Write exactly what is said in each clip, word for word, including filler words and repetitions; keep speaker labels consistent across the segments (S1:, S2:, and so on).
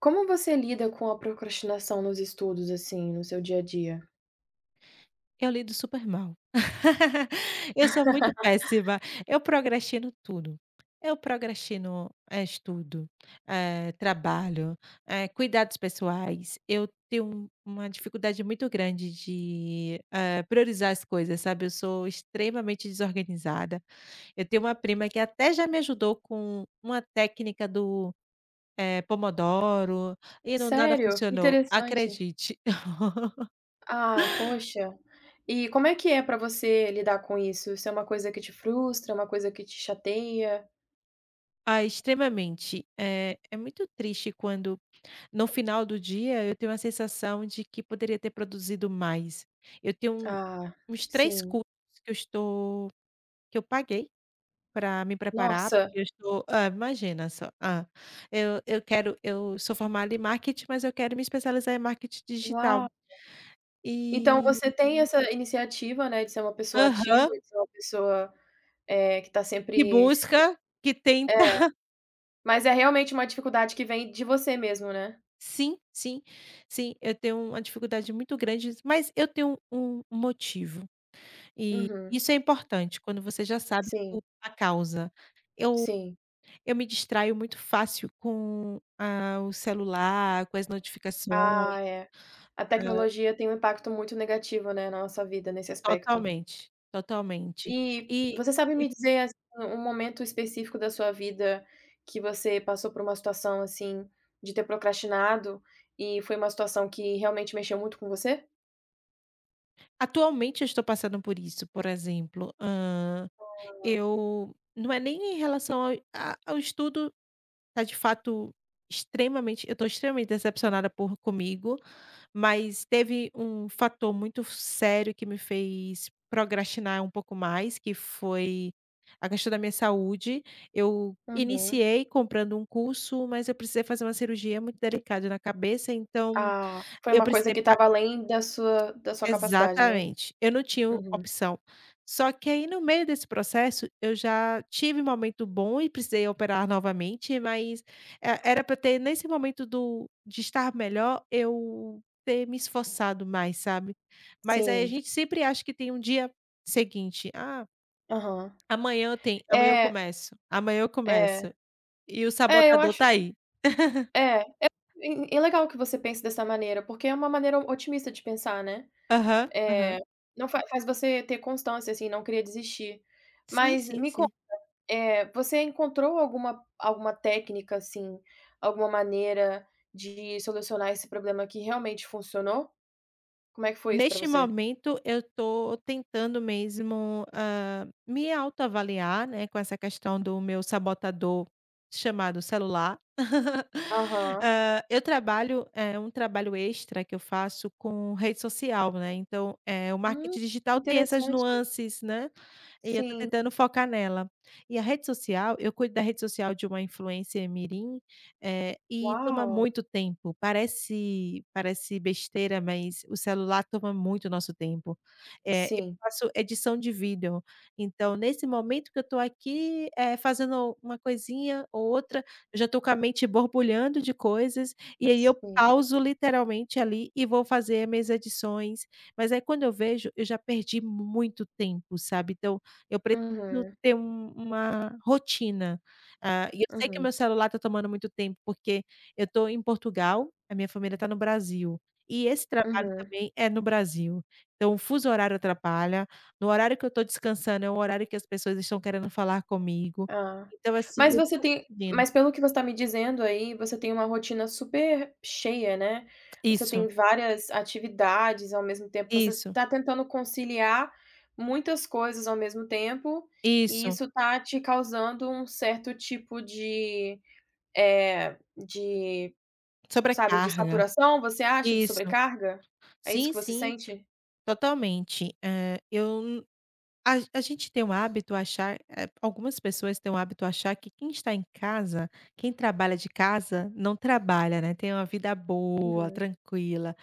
S1: Como você lida com a procrastinação nos estudos, assim, no seu dia a dia?
S2: Eu lido super mal. Eu sou muito péssima. Eu procrastino tudo. Eu procrastino, eh, estudo, eh, trabalho, eh, cuidados pessoais. Eu tenho um- uma dificuldade muito grande de, eh, priorizar as coisas, sabe. Eu sou extremamente desorganizada. Eu tenho uma prima que até já me ajudou com uma técnica do, eh, pomodoro e não nada
S1: Sério?
S2: funcionou,
S1: Interessante.
S2: acredite.
S1: Ah, poxa. E como é que é pra você lidar com isso? Isso é uma coisa que te frustra, uma coisa que te chateia?
S2: Ah, extremamente. É, é muito triste quando, no final do dia, eu tenho a sensação de que poderia ter produzido mais. Eu tenho um-
S1: Ah,
S2: uns três
S1: sim.
S2: cursos que eu estou, que eu paguei para me preparar,
S1: Nossa,
S2: porque eu estou, ah, imagina só, ah, eu, eu quero, eu sou formada em marketing, mas eu quero me especializar em marketing digital.
S1: uau. Então
S2: E,
S1: você tem essa iniciativa, né, de ser uma pessoa ativa,
S2: aham,
S1: de ser uma pessoa, eh, que tá
S2: que
S1: sempre
S2: busca, que tenta.
S1: é, mas é realmente uma dificuldade que vem de você mesmo, né?
S2: Sim, sim, sim, eu tenho uma dificuldade muito grande, mas eu tenho um um motivo. E
S1: Uhum.
S2: isso é importante, quando você já sabe o
S1: Sim,
S2: a causa. Eu
S1: sim.
S2: eu me distraio muito fácil com, ah, o celular, com as notificações.
S1: Ah, é. A
S2: ah,
S1: tecnologia tem um impacto muito negativo, né, na nossa vida nesse aspecto.
S2: Totalmente, totalmente.
S1: E
S2: E
S1: você sabe
S2: e
S1: me dizer, assim, um momento específico da sua vida que você passou por uma situação, assim, de ter procrastinado e foi uma situação que realmente mexeu muito com você?
S2: atualmente eu estou passando por isso, por exemplo, hã, eu não é nem em relação ao a ao estudo, tá de fato extremamente eu estou extremamente decepcionada por comigo. Mas teve um fator muito sério que me fez procrastinar um pouco mais, que foi a questão da minha saúde. Eu
S1: Uhum.
S2: iniciei comprando um curso, mas eu precisei fazer uma cirurgia muito delicada na cabeça, então
S1: Ah, foi
S2: eu
S1: uma coisa
S2: precisei
S1: que estava além da sua da sua capacidade, né?
S2: exatamente, eu não tinha
S1: Uhum.
S2: opção. Só que aí no meio desse processo, eu já tive um momento bom e precisei operar novamente, mas e era para ter nesse momento do de estar melhor, eu ter me esforçado mais, sabe. Mas aí a
S1: Sim.
S2: gente sempre acha que tem um dia seguinte: "Ah,
S1: Aham.
S2: amanhã eu tenho amanhã eu
S1: É,
S2: começo, amanhã eu começo",
S1: é.
S2: e o
S1: É, eu
S2: sabotador
S1: acho
S2: tá aí.
S1: é, é é é legal que você pense dessa maneira, porque é uma maneira otimista de pensar, né?
S2: Aham,
S1: É,
S2: aham.
S1: não fa faz você ter constância, assim, não querer desistir.
S2: Sim,
S1: Mas
S2: sim,
S1: me con
S2: sim.
S1: eh, você encontrou alguma alguma técnica, assim, alguma maneira de solucionar esse problema que realmente funcionou? Como é que foi isso pra
S2: Neste
S1: você?
S2: momento, eu estou tentando mesmo, hã, me autoavaliar, né, com essa questão do meu sabotador chamado celular.
S1: Aham.
S2: Hã, eu trabalho é um trabalho extra que eu faço com rede social, né, então, é o
S1: Hum,
S2: marketing digital tem essas
S1: interessante.
S2: nuances, né, e eu estou
S1: Sim.
S2: tentando focar nela. E a rede social, eu cuido da rede social de uma influencer mirim, eh, e toma
S1: Uau!
S2: muito tempo, parece parece besteira, mas o celular toma muito o nosso tempo. Eh, eu
S1: Sim,
S2: faço edição de vídeo, então nesse momento que eu estou aqui, eh, fazendo uma coisinha ou outra, eu já estou com a mente borbulhando de coisas, e aí eu
S1: sim.
S2: pauso literalmente ali e vou fazer minhas edições, mas aí quando eu vejo, eu já perdi muito tempo, sabe. Então eu preciso
S1: Uhum,
S2: ter um uma rotina. Ah, e eu sei que o
S1: uhum,
S2: meu celular está tomando muito tempo, porque eu estou em Portugal, a minha família está no Brasil, e esse trabalho
S1: uhum.
S2: também é no Brasil. Então o fuso horário atrapalha, no horário que eu estou descansando é o horário que as pessoas estão querendo falar comigo,
S1: Ah.
S2: então assim, eu
S1: Mas
S2: não
S1: você
S2: estou
S1: tem
S2: conseguindo.
S1: mas pelo que você está me dizendo aí, você tem uma rotina super cheia, né. Você
S2: Isso,
S1: tem várias atividades ao mesmo tempo, você
S2: isso,
S1: está tentando conciliar muitas coisas ao mesmo tempo, e
S2: isso,
S1: isso está te causando um certo tipo de, eh, de sabe, de
S2: sobrecarga,
S1: saturação, você acha, de
S2: isso.
S1: sobrecarga? É isso
S2: Sim,
S1: que você
S2: sim,
S1: sente?
S2: totalmente. Eh, eu A a gente tem o hábito achar, eh, algumas pessoas têm o hábito achar que quem está em casa, quem trabalha de casa, não trabalha, né, tem uma vida boa,
S1: Uhum.
S2: tranquila.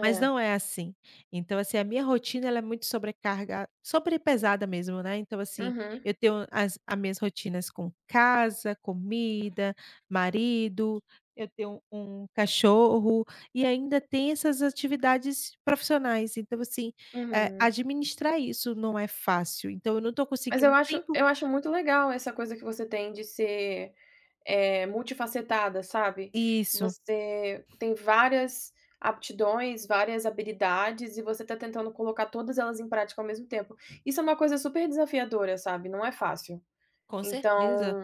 S2: Mas não é assim. Então, assim, a minha rotina ela é muito sobrecarga, sobrepesada mesmo, né. Então, assim,
S1: Uhum,
S2: eu tenho as as minhas rotinas com casa, comida, marido, eu tenho um cachorro e ainda tem essas atividades profissionais. Então, assim, eh,
S1: uhum.
S2: administrar isso não é fácil. Então eu não estou
S1: Mas eu
S2: conseguindo
S1: acho
S2: tempo.
S1: eu acho muito legal essa coisa que você tem de ser eh, multifacetada, sabe.
S2: Isso,
S1: Você tem várias aptidões, várias habilidades e você tá tentando colocar todas elas em prática ao mesmo tempo. Isso é uma coisa super desafiadora, sabe, não é fácil.
S2: com certeza.
S1: Então,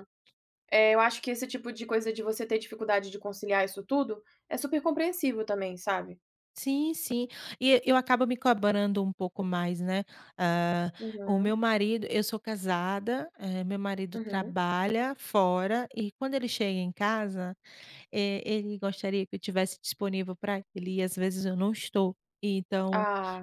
S1: eh, eu acho que esse tipo de coisa de você ter dificuldade de conciliar isso tudo, é super compreensível também, sabe.
S2: Sim, sim. E eu acabo me cobrando um pouco mais, né. Ah, o meu
S1: Uhum,
S2: marido, eu sou casada, eh, meu marido
S1: uhum.
S2: trabalha fora e quando ele chega em casa, eh, ele gostaria que eu tivesse disponível para ele e às vezes eu não estou. Então
S1: Ah,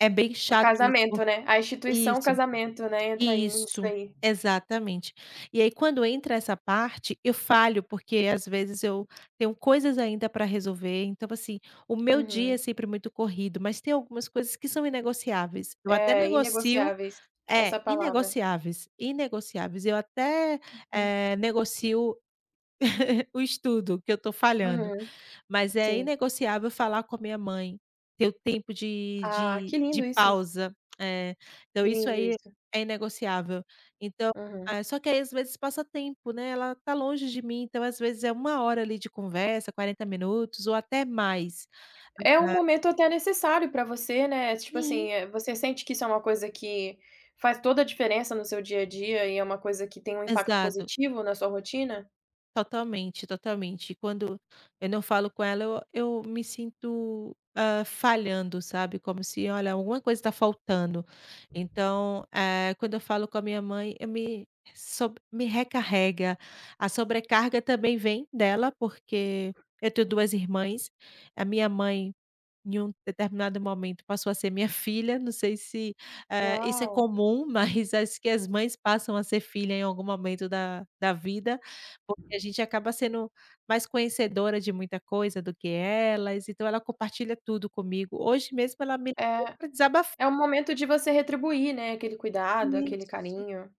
S2: é bem
S1: o
S2: chato isso por
S1: casamento, né, a instituição
S2: isso.
S1: casamento, né, entra aí nisso
S2: Isso,
S1: daí.
S2: exatamente. E aí quando entra essa parte, eu falho, porque às vezes eu tenho coisas ainda para resolver, então assim, o meu dia é
S1: Uhum.
S2: sempre muito corrido, mas tem algumas coisas que são inegociáveis. Eu até
S1: É,
S2: negocio.
S1: inegociáveis,
S2: É,
S1: essa palavra.
S2: inegociáveis, inegociáveis. Eu até,
S1: Uhum,
S2: eh, negocio o estudo que eu estou falhando.
S1: uhum,
S2: Mas é
S1: sim.
S2: inegociável falar com a minha mãe, ter o tempo de
S1: Ah,
S2: de
S1: que lindo
S2: de
S1: isso,
S2: pausa. É, então isso
S1: lindo
S2: aí
S1: isso.
S2: é inegociável. Então,
S1: Aham.
S2: eh, só que aí às vezes passa tempo, né, ela tá longe de mim, então às vezes é uma hora ali de conversa, quarenta minutos ou até mais.
S1: É um momento até necessário pra você, né, tipo
S2: Sim.
S1: assim, eh, você sente que isso é uma coisa que faz toda a diferença no seu dia a dia e é uma coisa que tem um impacto
S2: Exato.
S1: positivo na sua rotina?
S2: Totalmente, totalmente. Quando eu não falo com ela, eu, eu me sinto ah, falhando, sabe? Como se, olha, alguma coisa está faltando. Então, eh, quando eu falo com a minha mãe, eu me, sob- me recarrega. A sobrecarga também vem dela, porque eu tenho duas irmãs. A minha mãe em um determinado momento passou a ser minha filha, não sei se, eh, isso é
S1: Uau.
S2: comum, mas acho que as mães passam a ser filha em algum momento da da vida, porque a gente acaba sendo mais conhecedora de muita coisa do que elas, então ela compartilha tudo comigo. Hoje mesmo ela me ligou
S1: É,
S2: para desabafar.
S1: é um momento de você retribuir, né, aquele cuidado, aquele
S2: Isso,
S1: carinho.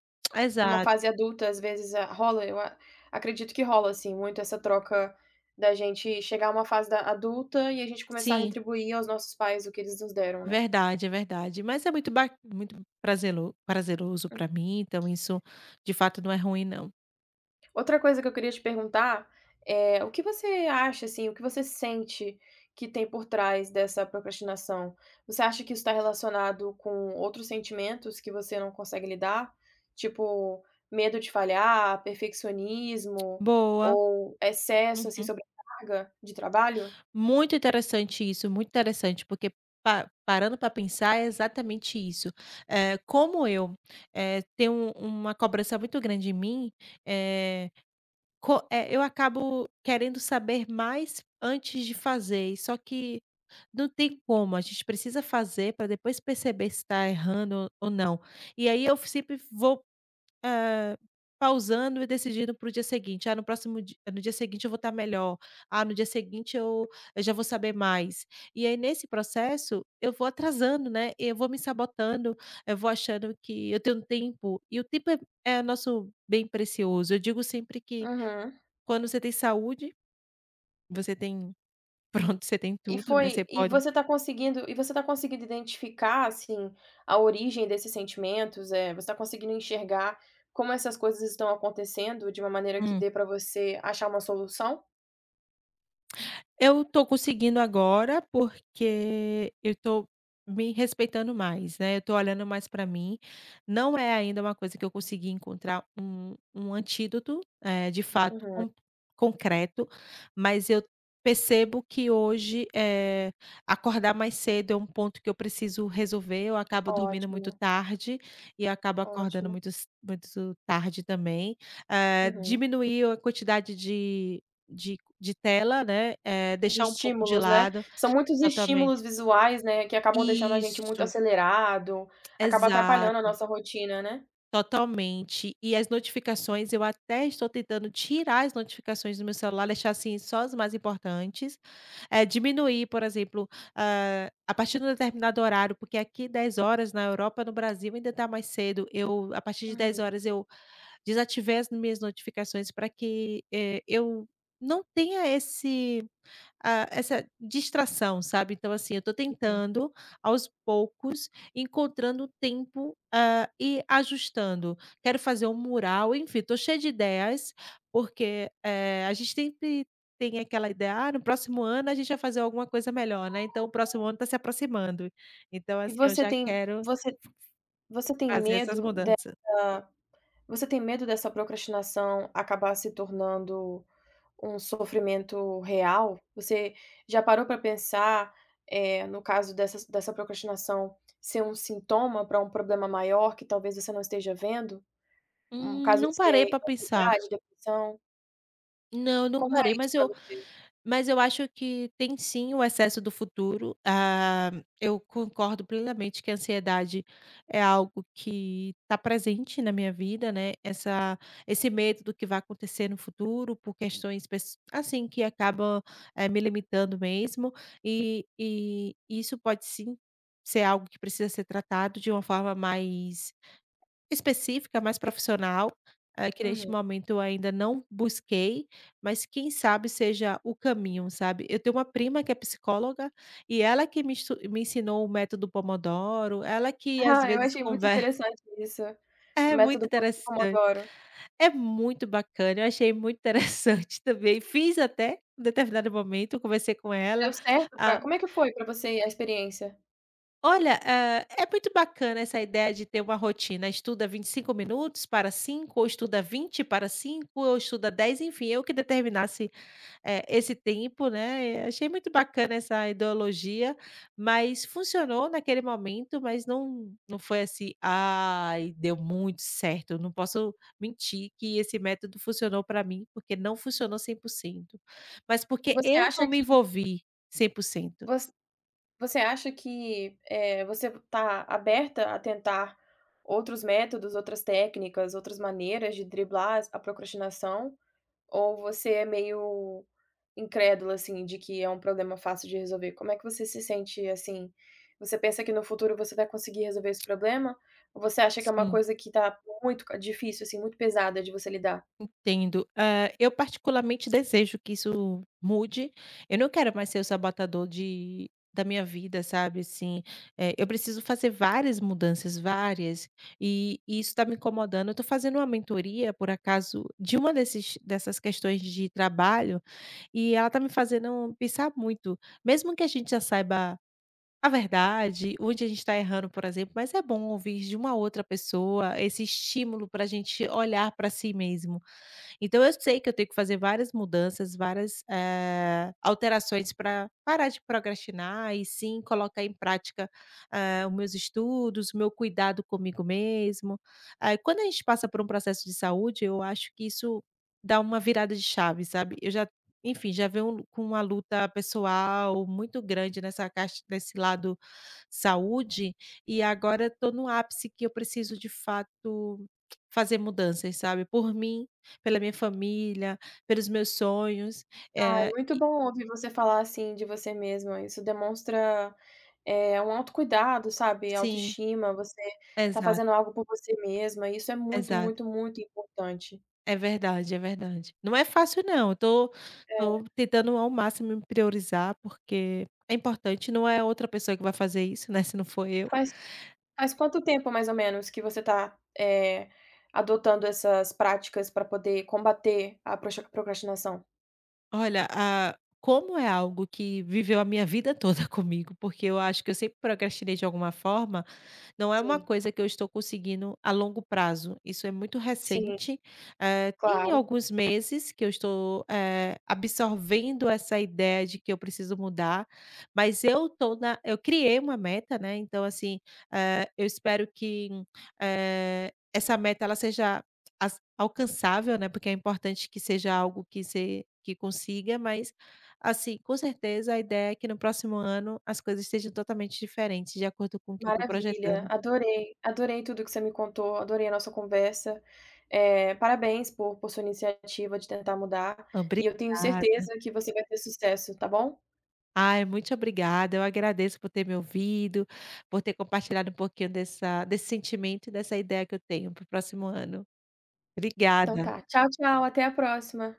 S1: Numa
S2: exato.
S1: fase adulta, às vezes, ah, rola, eu a acredito que rola, assim, muito essa troca da gente chegar a uma fase da adulta e a gente começar a
S2: Sim,
S1: retribuir aos nossos pais o que eles nos deram, né?
S2: verdade, é verdade. Mas é muito ba muito prazelo prazeroso para mim, então isso de fato não é ruim não.
S1: Outra coisa que eu queria te perguntar é o que você acha, assim, o que você sente que tem por trás dessa procrastinação? Você acha que isso está relacionado com outros sentimentos que você não consegue lidar? Tipo, medo de falhar, perfeccionismo
S2: Boa.
S1: ou excesso, assim,
S2: Uhum.
S1: sobrecarga de trabalho?
S2: Muito interessante isso, muito interessante, porque pa parando para pensar é exatamente isso. Eh, como eu, eh, tenho um- uma cobrança muito grande em mim, eh, co eh, eu acabo querendo saber mais antes de fazer, e só que não tem como, a gente precisa fazer para depois perceber se está errando ou ou não. E aí eu sempre vou Hã, pausando e decidindo para o dia seguinte: "Ah, no próximo di no dia seguinte eu vou estar melhor. Ah, no dia seguinte eu eu já vou saber mais". E aí, nesse processo, eu vou atrasando, né, eu vou me sabotando, eu vou achando que eu tenho tempo, e o tempo é é nosso bem precioso. Eu digo sempre que
S1: Uhum.
S2: quando você tem saúde, você tem pronto, você tem
S1: E
S2: tudo, né, você
S1: foi e
S2: pode
S1: você tá conseguindo e você tá conseguindo identificar, assim, a origem desses sentimentos, é? Você tá conseguindo enxergar como essas coisas estão acontecendo de uma maneira que
S2: hum.
S1: dê pra você achar uma solução?
S2: Eu tô conseguindo agora, porque eu tô me respeitando mais, né, eu tô olhando mais pra mim. Não é ainda uma coisa que eu consegui encontrar um um antídoto, eh, de fato
S1: Uhum.
S2: con concreto, mas eu percebo que hoje, eh, acordar mais cedo é um ponto que eu preciso resolver, eu acabo dormindo muito
S1: Ótimo,
S2: tarde e eu acabo acordando
S1: ótimo.
S2: muito c muito tarde também. Eh,
S1: Uhum.
S2: diminuir a quantidade de de de tela, né, eh,
S1: De
S2: deixar um pouco de
S1: estímulos, né.
S2: lado,
S1: São muitos estímulos
S2: totalmente.
S1: visuais, né, que acabam deixando a gente muito
S2: Isso,
S1: acelerado, acaba atrapalhando a
S2: exato,
S1: nossa rotina, né.
S2: totalmente. E as notificações, eu até estou tentando tirar as notificações do meu celular, deixar, assim, só as mais importantes, eh, diminuir, por exemplo, hã, a partir de um determinado horário, porque aqui dez horas na Europa, no Brasil ainda tá mais cedo, eu a partir de dez
S1: Uhum.
S2: horas, eu Desativei as minhas notificações para que, eh, eu não tenha esse ah, essa distração, sabe. Então, assim, eu estou tentando, aos poucos, encontrando tempo, ah, e ajustando. Quero fazer um mural, enfim, estou cheia de ideias, porque, eh, a gente sempre tem aquela ideia: "Ah, no próximo ano a gente vai fazer alguma coisa melhor", né. Então o próximo ano está se aproximando. Então,
S1: E
S2: assim, eu
S1: você
S2: já
S1: tem
S2: quero
S1: você você tem
S2: fazer essas
S1: medo
S2: mudanças.
S1: dessa. Você tem medo dessa procrastinação acabar se tornando um sofrimento real? Você já parou para pensar, eh, no caso dessas dessa procrastinação ser um sintoma para um problema maior que talvez você não esteja vendo? Um
S2: Hum,
S1: caso
S2: não
S1: de
S2: parei
S1: ser
S2: para pensar.
S1: ansiedade, depressão?
S2: Não, eu não
S1: Como é
S2: parei,
S1: isso
S2: mas
S1: para
S2: eu
S1: você?
S2: mas eu acho que tem sim o excesso do futuro. Ah, eu concordo plenamente que a ansiedade é algo que está presente na minha vida, né, essa esse medo do que vai acontecer no futuro por questões pes assim, que acabam, eh, me limitando mesmo, e e isso pode sim ser algo que precisa ser tratado de uma forma mais Específica, mais profissional, eh, que neste
S1: Uhum.
S2: momento eu ainda não busquei, mas quem sabe seja o caminho, sabe. Eu tenho uma prima que é psicóloga e ela que me estu me ensinou o método Pomodoro, ela que às
S1: Ah, eu
S2: vezes
S1: achei muito
S2: conversa.
S1: interessante isso, o
S2: É muito
S1: método
S2: interessante,
S1: Pomodoro.
S2: é muito bacana, eu achei muito interessante também, fiz até um determinado momento, eu conversei com ela.
S1: Deu certo para? Como é que foi para você a experiência?
S2: Olha, hã, é muito bacana essa ideia de ter uma rotina, estuda vinte e cinco minutos, para cinco, ou estuda vinte, para cinco, ou estuda dez, enfim, eu que determinasse, eh, esse tempo, né. Eh, achei muito bacana essa ideologia, mas funcionou naquele momento, mas não não foi assim: "Ai, deu muito certo". Eu não posso mentir que esse método funcionou para mim, porque não funcionou cem por cento, mas porque
S1: Você
S2: eu
S1: acha
S2: não me
S1: que
S2: envolvi cem por cento.
S1: você Você acha que, eh, você está aberta a tentar outros métodos, outras técnicas, outras maneiras de driblar as a procrastinação, ou você é meio incrédula, assim, de que é um problema fácil de resolver? Como é que você se sente, assim? Você pensa que no futuro você vai conseguir resolver esse problema, ou você acha que é uma
S2: Sim.
S1: coisa que tá muito ca difícil, assim, muito pesada de você lidar?
S2: Entendo. Eh, eu particularmente desejo que isso mude. Eu não quero mais ser o sabotador de da minha vida, sabe, assim, eh, eu preciso fazer várias mudanças, várias, e e isso está me incomodando. Eu estou fazendo uma mentoria, por acaso, de uma desses dessas questões de trabalho, e ela está me fazendo pensar muito. Mesmo que a gente já saiba a verdade, onde a gente está errando, por exemplo, mas é bom ouvir de uma outra pessoa esse estímulo para a gente olhar para si mesmo. Então eu sei que eu tenho que fazer várias mudanças, várias, eh, alterações para parar de procrastinar e sim colocar em prática, eh, os meus estudos, o meu cuidado comigo mesmo. Eh, quando a gente passa por um processo de saúde, eu acho que isso dá uma virada de chave, sabe. Eu já, enfim, já venho com uma luta pessoal muito grande nessa caixa nesse lado saúde, e agora estou no ápice que eu preciso de fato fazer mudanças, sabe, por mim, pela minha família, pelos meus sonhos,
S1: Ah, é
S2: é
S1: muito bom ouvir você falar assim de você mesma, isso demonstra. É um autocuidado, sabe,
S2: sim,
S1: autoestima, você tá
S2: exato,
S1: fazendo algo por você mesma, isso é muito,
S2: exato.
S1: muito, muito importante.
S2: É verdade, é verdade. Não é fácil não, eu tô
S1: É.
S2: tô tentando ao máximo me priorizar, porque é importante, não é outra pessoa que vai fazer isso, né, se não for eu.
S1: Faz faz quanto tempo mais ou menos que você tá, eh, adotando essas práticas pra poder combater a proxa procrastinação?
S2: Olha, a como é algo que viveu a minha vida toda comigo, porque eu acho que eu sempre procrastinei de alguma forma. Não é uma
S1: Sim,
S2: coisa que eu estou conseguindo a longo prazo, isso é muito
S1: sim,
S2: recente. Eh, tem
S1: claro.
S2: alguns meses que eu estou, eh, absorvendo essa ideia de que eu preciso mudar, mas eu tô na eu criei uma meta, né, então assim, eh, eu espero que, eh, essa meta ela seja as alcançável, né, porque é importante que seja algo que se que consiga, mas, assim, com certeza a ideia é que no próximo ano as coisas estejam totalmente diferentes de acordo com o que eu estou
S1: Maravilha,
S2: projetando.
S1: adorei, adorei tudo que você me contou, adorei a nossa conversa. Eh, parabéns por por sua iniciativa de tentar mudar, e eu tenho
S2: Obrigada.
S1: certeza que você vai ter sucesso, tá bom?
S2: Ai, muito obrigada. Eu agradeço por ter me ouvido, por ter compartilhado um pouquinho dessa desse sentimento e dessa ideia que eu tenho para o próximo ano.
S1: Então
S2: Obrigada.
S1: tá. Tchau, tchau. Até a próxima.